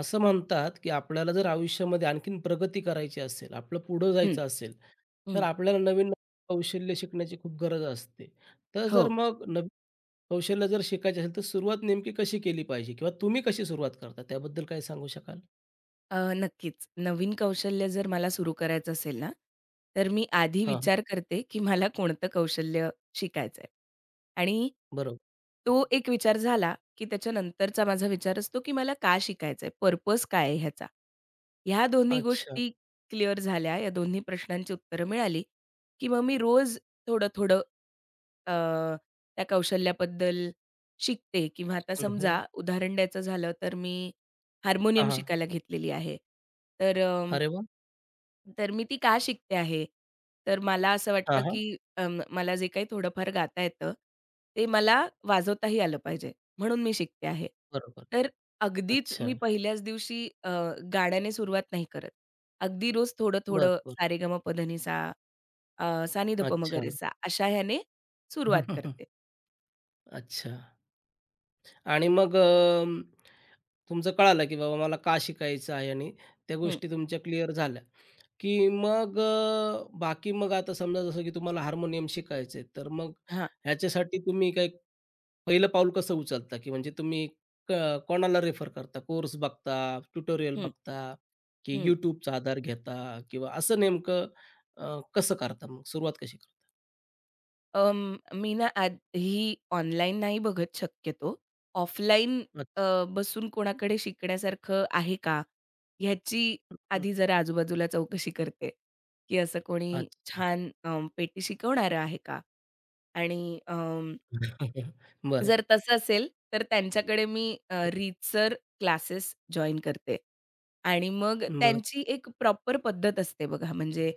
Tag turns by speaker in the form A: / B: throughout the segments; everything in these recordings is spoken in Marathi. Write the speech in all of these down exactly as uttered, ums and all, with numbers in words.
A: असं म्हणतात, की आपल्याला जर आयुष्यामध्ये आणखीन प्रगती करायची असेल, आपलं पुढं
B: हं,
A: जायचं असेल, तर
B: हं.
A: आपल्याला नवीन कौशल्य शिकण्याची खूप गरज असते. तर जर
B: हो.
A: मग नवीन कौशल्य जर शिकायचे असेल, तर सुरुवात नेमकी कशी केली पाहिजे किंवा तुम्ही कशी सुरुवात करता त्याबद्दल काही सांगू शकाल?
B: अ, नक्कीच. नवीन कौशल्य जर मला सुरू करायचं असेल ना, तर मी आधी
A: हां,
B: विचार करते, की मला कोणतं कौशल्य शिकायचं आहे. आणि
A: बरोबर.
B: तो एक विचार झाला, की त्याच्यानंतरचा माझा विचार असतो, की मला का शिकायचं आहे? पर्पज काय आहे ह्याचा? ह्या दोन्ही
A: अच्छा.
B: गोष्टी क्लिअर झाल्या, या दोन्ही प्रश्नांची उत्तरं मिळाली, की मग मी रोज थोडं-थोडं अ, त्या कौशल्याबद्दल शिकते किंवा आता
A: हं, हं.
B: समजा उदाहरण द्यायचं झालं तर मी हार्मोनियम
A: हां, हां.
B: शिकायला घेतलेली आहे. तर अ
A: अरे वाह!
B: तर मी ती का शिकते आहे? तर मला असं
A: हां,
B: वाटतं,
A: हां.
B: की अ, मला जे काही थोडंफार गाता येतं, ते मला वाजवताही आलं पाहिजे, म्हणून मी शिकते आहे.
A: बरोबर.
B: तर अगदीच मी
A: अच्छा.
B: पहिल्याच दिवशी अ, गाण्याने सुरुवात नाही करत. अगदी रोज
A: बरं,
B: थोडं-थोडं
A: बरं.
B: "सा रे अ, "सा नी
A: अच्छा.
B: अशा ह्याने सुरुवात करते.
A: अच्छा. आणि मग अं, तुमचं कळालं, की बाबा मला का शिकायचं आहे आणि त्या
B: हं,
A: गोष्टी तुमच्या क्लिअर झाल्या, की मग अ, बाकी मग आता समजा जसं की तुम्हाला हार्मोनियम शिकायचंय, तर मग
B: हां,
A: ह्याच्यासाठी तुम्ही काही पहिलं पाऊल कसं उचलता, की म्हणजे तुम्ही क कोणाला रेफर करता? कोर्स बघता, ट्युटोरियल
B: हं,
A: बघता, की
B: हं.
A: YouTubeचा आधार घेता किंवा असं नेमकं अ, कसं करता मग? सुरुवात कशी करता?
B: अं, मी ना आधी ऑनलाईन नाही बघत शक्यतो. ऑफलाईन अ,
A: अच्छा.
B: बसून कोणाकडे शिकण्यासारखं आहे का? ह्याची
A: हं,
B: आधी जरा आजूबाजूला चौकशी करते, की असं कोणी
A: अच्छा.
B: छान अ, पेटी शिकवणारं आहे का? आणि अं
A: बरं.
B: जर तसं असेल, तर त्यांच्याकडे मी अ, रीतसर क्लासेस जॉइन करते आणि मग
A: बरं.
B: त्यांची एक प्रॉपर पद्धत असते बघा, म्हणजे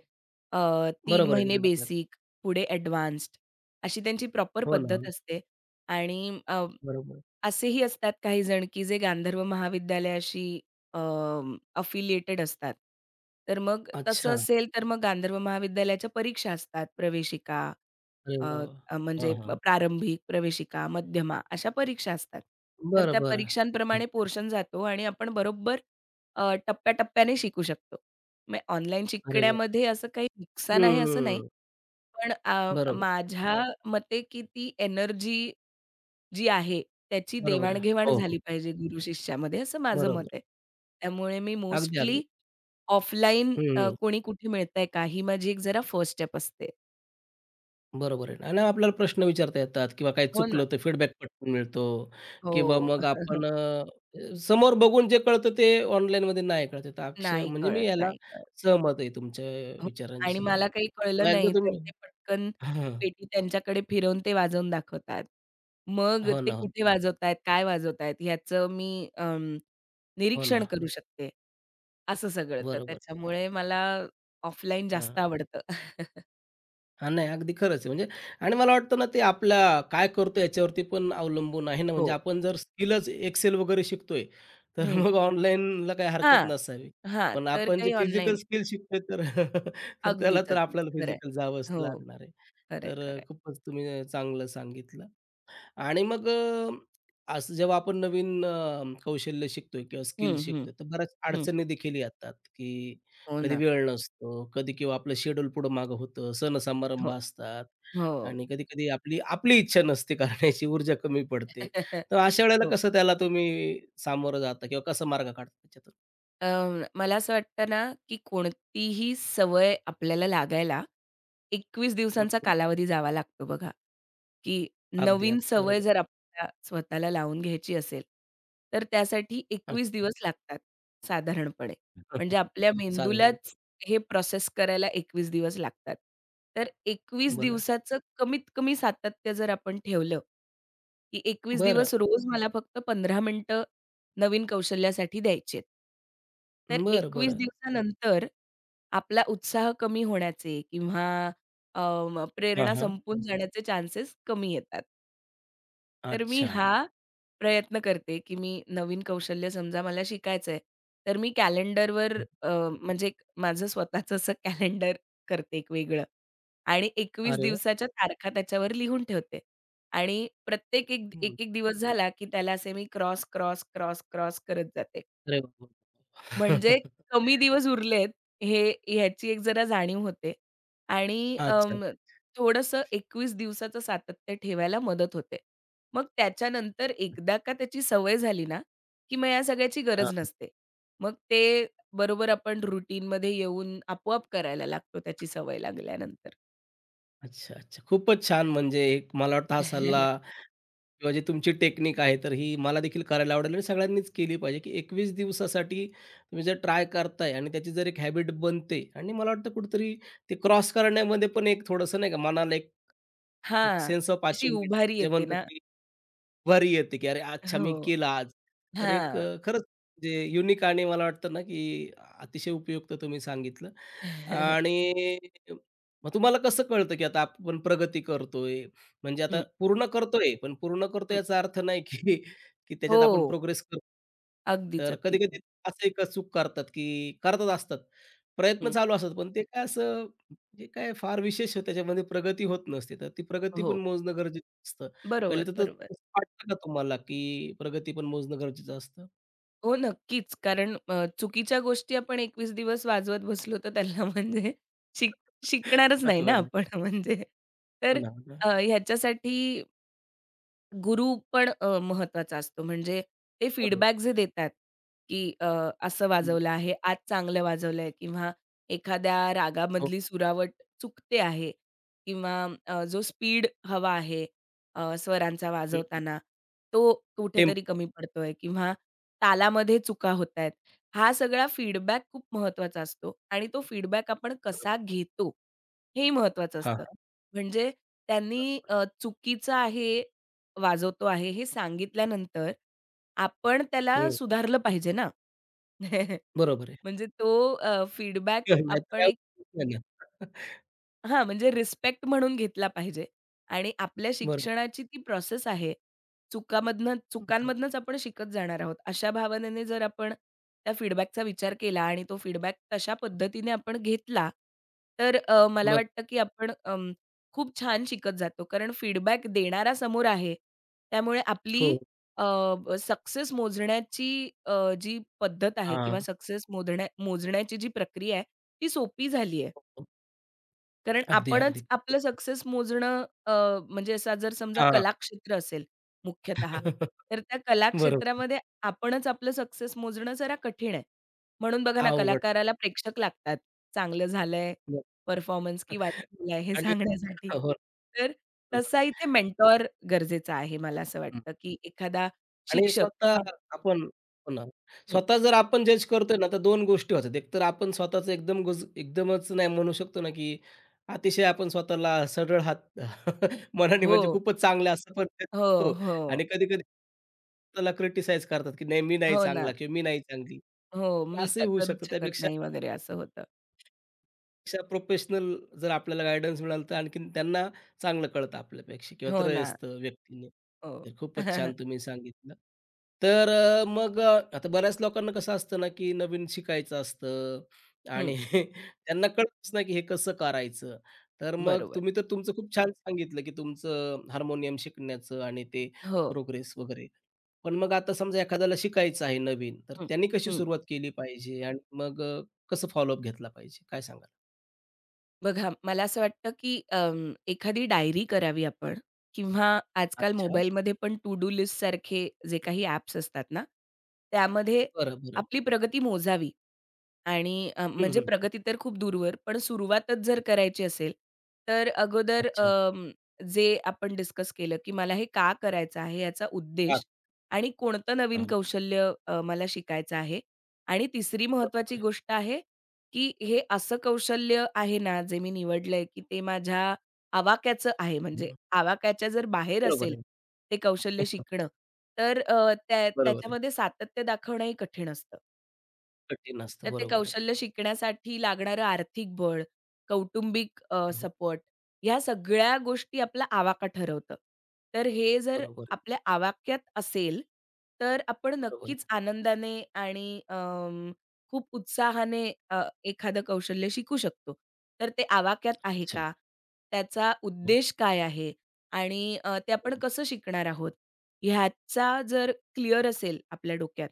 B: अ, तीन
A: बरोबर आहे
B: महिने
A: ना. अगदी.
B: बेसिक, पुढे ॲडवान्स्ड अशी त्यांची प्रॉपर
A: हो ना, हो
B: पद्धत
A: ना.
B: असते आणि
A: बरोबर.
B: असेही असतात काही जण, की जे गांधर्व महाविद्यालयाशी अफिलिएटेड असतात. तर मग
A: अच्छा.
B: तसं असेल, तर मग गांधर्व महाविद्यालयाच्या परीक्षा असतात. प्रवेशिका
A: अरे
B: अ,
A: वाह!
B: अ,
A: वाह!
B: म्हणजे
A: हां,
B: प-
A: हां.
B: प्रारंभिक, प्रवेशिका, मध्यमा अशा परीक्षा असतात. तर
A: बरं,
B: त्या
A: बरं.
B: परीक्षांप्रमाणे
A: अच्छा.
B: पोर्शन जातो आणि आपण बरोबर अ, टप्प्याटप्प्याने शिकू शकतो. मग ऑनलाईन
A: अरे वाह!
B: शिकण्यामध्ये असं काही नुकसान आहे असं नाही.
A: हं.
B: पण अ,
A: बरोबर,
B: माझ्या मते, की ती एनर्जी जी आहे, त्याची
A: बरोबर आहे.
B: देवाण-घेवाण हं.
A: हो, हो.
B: झाली पाहिजे गुरु-शिष्यामध्ये असं माझं मत
A: बरोबर.
B: आहे. त्यामुळे मी
A: अगदी,
B: मोस्टली
A: अगदी.
B: ऑफलाईन
A: हं, हं.
B: कोणी कुठे मिळतंय का? ही माझी एक जरा फर्स्ट स्टेप असते.
A: बरोबर आहे. आणि आपल्याला प्रश्न विचारता येतात किंवा काही
B: हो ना.
A: चुकलं तर फीडबॅक पटकन मिळतो किंवा
B: हो.
A: मग आपण अ, समोर बघून जे कळतं ते ऑनलाईनमध्ये नाही कळत आहे. तर अक्ष
B: नाही
A: म्हणजे मी
B: कळत,
A: याला
B: नाही कळत.
A: सहमत आहे तुमच्या
B: हो आणि
A: विचारांशी या.
B: मला काही
A: मग
B: कळलं
A: एकदा
B: नाही तर
A: तुम्ही
B: ते पटकन
A: हां.
B: पेटी त्यांच्याकडे फिरवून ते वाजवून दाखवतात. मग
A: हो
B: ते
A: ना, हो
B: कुठे
A: ना.
B: वाजवतायत, काय वाजवतायत ह्याचं मी अं,
A: हो ना.
B: निरीक्षण करू शकते असं सगळं. तर
A: बरोबर.
B: त्याच्यामुळे मला ऑफलाईन जास्त
A: हां.
B: आवडतं.
A: हां, नाही अगदी खरंच आहे. म्हणजे आणि मला वाटतं ना ते आपला काय करतो याच्यावरती पण अवलंबून आहे ना, म्हणजे
B: हो.
A: आपण जर स्किलच एक्सेल वगैरे शिकतोय, तर
B: हं.
A: मग ऑनलाईनला काही हरकत
B: हां,
A: नसावी.
B: हां.
A: पण
B: तर
A: आपण जे
B: काही
A: फिजिकल
B: ऑनलाईन
A: स्किल शिकतोय तर तर त्याला
B: अगदीच,
A: तर
B: अगदीच.
A: आपल्याला
B: खरं आहे.
A: फिजिकल जावंच
B: हो.
A: लागणार आहे.
B: खरं आहे,
A: तर
B: खरं
A: अ,
B: आहे.
A: खूपच तुम्ही अ, चांगलं सांगितलं. आणि मग अ, असं जेव्हा आपण नवीन अ, कौशल्य शिकतोय किंवा स्किल
B: हं, हं.
A: शिकतोय, तर बऱ्याच
B: हं.
A: अडचणी देखील येतात, की
B: हो
A: कधी
B: ना.
A: वेळ नसतो, कधी किंवा आपलं शेड्यूल पुढं मागं होतं, सण-समारंभ
B: हो,
A: असतात
B: हो.
A: आणि कधी-कधी आपली आपली इच्छा नसते करण्याची, ऊर्जा कमी पडते. तर अशा वेळेला
B: हो.
A: कसं त्याला तुम्ही सामोरं जाता किंवा कसा मार्ग काढता त्याच्यातून?
B: अ, मला असं वाटतं ना, की कोणतीही सवय आपल्याला लागायला एकवीस
A: हं,
B: दिवसांचा
A: हं.
B: कालावधी जावा लागतो बघा, की
A: अगदी,
B: नवीन
A: अगदी.
B: सवय
A: बरोबर.
B: जर आपल्याला स्वतःला लावून घ्यायची असेल, तर त्यासाठी एकवीस
A: अच्छा.
B: दिवस लागतात साधारणपणे. म्हणजे आपल्या
A: साधारण.
B: मेंदूलाच हे प्रोसेस करायला एकवीस दिवस लागतात. तर एकवीस
A: बरं.
B: दिवसाचं कमीत कमी सातत्य जर आपण ठेवलं, की एकवीस
A: बरं.
B: दिवस रोज मला फक्त पंधरा मिनिटं नवीन कौशल्यासाठी द्यायचेत. तर
A: बरं,
B: एकवीस
A: बरं.
B: दिवसानंतर आपला उत्साह कमी होण्याचे किंवा अ,
A: हां,
B: प्रेरणा
A: हां.
B: संपून जाण्याचे चान्सेस कमी येतात. तर मी
A: अच्छा.
B: हा प्रयत्न करते, की मी नवीन कौशल्य समजा मला शिकायचंय, तर मी कॅलेंडरवर अ, म्हणजे एक माझं स्वतःचं असं कॅलेंडर करते एक वेगळं आणि एकवीस
A: अरे वाह!
B: दिवसाच्या तारखा त्याच्यावर लिहून ठेवते. आणि प्रत्येक एक
A: हं.
B: एक-एक दिवस झाला, की त्याला असे मी क्रॉस, क्रॉस, क्रॉस, क्रॉस करत जाते.
A: अरे वाह!
B: म्हणजे कमी दिवस उरलेत हे ह्याची एक जरा जाणीव होते आणि
A: अच्छा.
B: अं, थोडंसं एकवीस दिवसाचं सातत्य ठेवायला मदत होते. मग त्याच्यानंतर एकदा का त्याची सवय झाली ना, की मग या सगळ्याची गरज
A: हां.
B: नसते. मग ते बरोबर आपण रुटीनमध्ये येऊन आपोआप करायला लागतो त्याची सवय लागल्यानंतर.
A: अच्छा, अच्छा. खूपच छान म्हणजे एक मला वाटतं हा सल्ला किंवा जी तुमची टेक्निक आहे, तर ही मला देखील करायला आवडेल आणि सगळ्यांनीच केली पाहिजे, की एकवीस दिवसासाठी तुम्ही जर ट्राय करताय आणि त्याची जर एक हॅबिट बनते आणि मला वाटतं कुठेतरी ते क्रॉस करण्यामध्ये पण एक थोडंसं नाही का मनाला एक एक
B: हां,
A: सेन्स ऑफ
B: अशी
A: अचिव्हमेंट
B: उभारी
A: जे
B: येते
A: म्हणतात
B: ना.
A: भरी येते, की "अरे, अच्छा
B: हो.
A: मी केलं आज." तर एक
B: हां.
A: अ, खरंच म्हणजे युनिक आणि मला वाटतं ना, की अतिशय उपयुक्त तुम्ही सांगितलं. आणि मग तुम्हाला कसं कळतं, की आता आपण प्रगती करतोय? म्हणजे आता
B: हं,
A: पूर्ण करतोय, पण पूर्ण करतोय
B: हं.
A: याचा अर्थ नाही, की की त्याच्यात आपण
B: हो.
A: प्रोग्रेस करतो.
B: अगदीच,
A: तर
B: अगदीच.
A: कधी-कधी असे एक चूक करतात, की करतच असतात. प्रयत्न
B: हं.
A: चालू असतात, पण ते काय असं म्हणजे काय फार विशेष त्याच्यामध्ये प्रगती होत नसते. तर ती प्रगती पण
B: हो.
A: मोजणं गरजेचं असतं. पहिलं
B: बरोबर,
A: तर त
B: बरोबर.
A: तसं वाटतं का तुम्हाला, की प्रगती पण मोजणं गरजेचं असतं?
B: हो, नक्कीच. कारण अ, चुकीच्या गोष्टी आपण एकवीस दिवस वाजवत बसलो, तर त्याला म्हणजे शिक शिकणारच नाही ना
A: महत्त्वाचं नाही.
B: आपण म्हणजे. तर
A: हो ना, हो
B: अ,
A: ना.
B: ह्याच्यासाठी गुरु पण अ, महत्वाचा असतो. म्हणजे ते
A: बरोबर
B: फीडबॅक जे
A: आहे.
B: देतात, की अ, असं
A: हं,
B: वाजवलं आहे, आज चांगलं वाजवलंय किंवा एखाद्या
A: हो.
B: रागामधली सुरावट चुकते आहे किंवा अ, जो स्पीड हवा आहे अ, स्वरांचा
A: हं, हं.
B: वाजवताना, तो कुठेतरी कमी पडतोय किंवा तालामध्ये चुका होतायत. हा सगळा फीडबॅक खूप महत्वाचा असतो आणि तो फीडबॅक आपण कसा
A: बरोबर.
B: घेतो, हेही महत्वाचं
A: हां,
B: असतं.
A: हां.
B: म्हणजे त्यांनी अ, चुकीचं आहे वाजवतो आहे हे सांगितल्यानंतर, आपण
A: हं,
B: त्याला
A: हं.
B: सुधारलं पाहिजे ना.
A: बरोबर आहे.
B: म्हणजे तो अ, फीडबॅक
A: नाहीतर
B: आपण
A: काय उपयोग नाही ना.
B: हां, म्हणजे रिस्पेक्ट म्हणून घेतला पाहिजे आणि आपल्या
A: बरोबर.
B: शिक्षणाची ती प्रोसेस आहे. चुकामधनं
A: हं.
B: चुकांमधनंच आपण शिकत जाणार आहोत. अशा भावनेने जर आपण त्या फीडबॅकचा विचार केला आणि तो फीडबॅक तशा पद्धतीने आपण घेतला, तर अ, मला
A: बरं.
B: वाटतं की आपण अं, खूप छान शिकत जातो. कारण फीडबॅक देणारा समोर आहे. त्यामुळे आपली
A: हो.
B: सक्सेस मोजण्याची अ, जी पद्धत आहे किंवा
A: हां.
B: सक्सेस मोजण्या मोजण्याची जी प्रक्रिया आहे, ती सोपी झाली आहे.
A: हो, हो.
B: कारण
A: अगदी,
B: आपणच
A: अगदी.
B: आपलं सक्सेस मोजणं अ, म्हणजे असा जर समजा
A: हां.
B: कलाक्षेत्र असेल मुख्यतः, तर त्या
A: बरोबर.
B: कलाक्षेत्रामध्ये आपणच आपलं सक्सेस मोजणं जरा कठीण आहे. म्हणून बघा ना,
A: अवघड.
B: कलाकाराला प्रेक्षक लागतात. चांगलं झालंय
A: बरं.
B: परफॉर्मन्स की वाईट झालाय हे
A: आणि
B: सांगण्यासाठी.
A: हो,
B: तर
A: बरोबर
B: तसा इथे
A: आहे.
B: मेंटॉर गरजेचा आहे मला असं वाटतं, की एखादा
A: आणि
B: शिक्षक
A: स्वतः
B: हां,
A: आपण हो ना.
B: हं.
A: स्वतः जर आपण जज करतोय ना, तर दोन गोष्टी होतात. एक तर आपण स्वतःच एकदम गुज एकदमच नाही म्हणू शकतो ना, की अतिशय आपण स्वतःला सरळ हात मनाने
B: हो,
A: म्हणजे खूपच चांगलं असं पण ते
B: हो,
A: करतो
B: हो.
A: आणि कधी-कधी स्वतःला क्रिटिसाईज करतात, की नाही मी नाही
B: हो ना.
A: चांगला किंवा मी नाही चांगली.
B: हो,
A: तर
B: मी क
A: असंही होऊ शकतं.
B: करूच शकत
A: त्यापेक्षा
B: नाही वगैरे असं होतं.
A: पेक्षा प्रोफेशनल जर आपल्याला गाईडन्स मिळाला तर आणखीन त्यांना चांगलं कळतं आपल्यापेक्षा किंवा
B: हो ना.
A: त्रयस्थ व्यक्तीने.
B: हो.
A: तर खूपच छान तुम्ही सांगितलं. तर अ, मग अ, आता बऱ्याच लोकांना कसं असतं ना, की नवीन शिकायचं असतं
B: हं.
A: आणि त्यांना कळतच नाही, की हे कसं करायचं. तर मग
B: बरोबर.
A: तुम्ही तर तुमचं खूप छान सांगितलं, की तुमचं हार्मोनियम शिकण्याचं आणि ते
B: हो.
A: प्रोग्रेस वगैरे. पण मग आता समजा एखाद्याला शिकायचं आहे नवीन, तर
B: हं,
A: त्यांनी कशी
B: हं.
A: सुरुवात केली पाहिजे आणि मग अ, कसं फॉलोअप घेतला पाहिजे? काय सांगाल?
B: बघा मला असं वाटतं, की अं, एखादी डायरी करावी आपण किंवा आजकाल
A: अच्छा.
B: मोबाईलमध्ये पण टू डू लिस्ट सारखे जे काही ॲप्स असतात ना, त्यामध्ये
A: बरं, बरं.
B: आपली प्रगती मोजावी. आणि अ,
A: हं,
B: म्हणजे
A: हं.
B: प्रगती तर खूप दूरवर, पण सुरुवातच जर करायची असेल, तर अगोदर
A: अच्छा.
B: अं, जे आपण डिस्कस केलं, की मला हे का करायचं आहे याचा
A: हां,
B: उद्देश आणि कोणतं नवीन
A: हां.
B: कौशल्य अ, मला शिकायचं आहे आणि तिसरी महत्वाची
A: बरोबर आहे.
B: गोष्ट आहे, की हे असं कौशल्य आहे ना, जे मी निवडलंय, की ते माझ्या आवाक्याचं आहे. म्हणजे
A: हं.
B: आवाक्याच्या जर बाहेर
A: बरोबर
B: असेल
A: आहे.
B: ते कौशल्य शिकणं, तर अ, त्या
A: बरोबर आहे.
B: त्याच्यामध्ये सातत्य दाखवणंही कठीण असतं.
A: कठीण असतं.
B: तर ते
A: बरोबर आहे.
B: कौशल्य शिकण्यासाठी लागणारं आर्थिक बळ, कौटुंबिक
A: हो,
B: सपोर्ट ह्या सगळ्या गोष्टी आपला आवाका ठरवतं. तर हे जर
A: बरोबर आहे.
B: आपल्या आवाक्यात असेल, तर आपण
A: बरोबर आहे.
B: नक्कीच आनंदाने आणि अं, खूप उत्साहाने अ, एखादं कौशल्य शिकू शकतो. तर ते आवाक्यात आहे
A: अच्छा.
B: का? त्याचा
A: हो,
B: उद्देश काय आहे? आणि अ, ते
A: हो.
B: आपण कसं शिकणार आहोत? ह्याचा जर क्लिअर असेल आपल्या डोक्यात,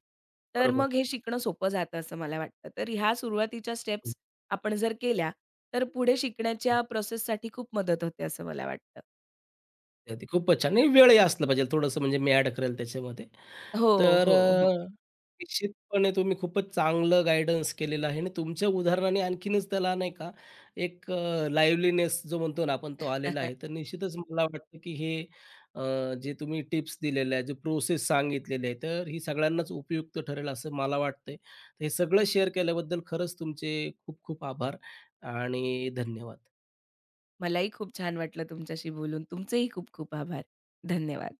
B: तर
A: बरोबर.
B: मग हे शिकणं सोपं जातं असं मला वाटतं. तर ह्या सुरुवातीच्या
A: हो,
B: स्टेप्स आपण जर केल्या, तर पुढे शिकण्याच्या
A: हो.
B: प्रोसेससाठी खूप मदत होते असं मला वाटतं.
A: ते अगदी खूपच छान. आणि वेळही असलं पाहिजे थोडंसं म्हणजे मॅड करेल त्याच्यामध्ये.
B: हो,
A: तर
B: हो, हो.
A: अ, निश्चितपणे तुम्ही खूपच चांगलं गाईडन्स केलेलं आहे आणि तुमच्या उदाहरणाने आणखीनच त्याला नाही का एक अ, लाईव्हलीनेस जो म्हणतो ना आपण तो आलेला आहे. तर निश्चितच मला वाटतं की हे अ, जे तुम्ही टिप्स दिलेल्या आहेत, जे प्रोसेस सांगितलेली आहे, तर ही सगळ्यांनाच उपयुक्त ठरेल असं मला वाटतंय. तर हे सगळं शेअर केल्याबद्दल खरंच तुमचे खूप खूप आभार आणि धन्यवाद.
B: मलाही खूप छान वाटलं तुमच्याशी बोलून. तुमचेही खूप खूप आभार. धन्यवाद.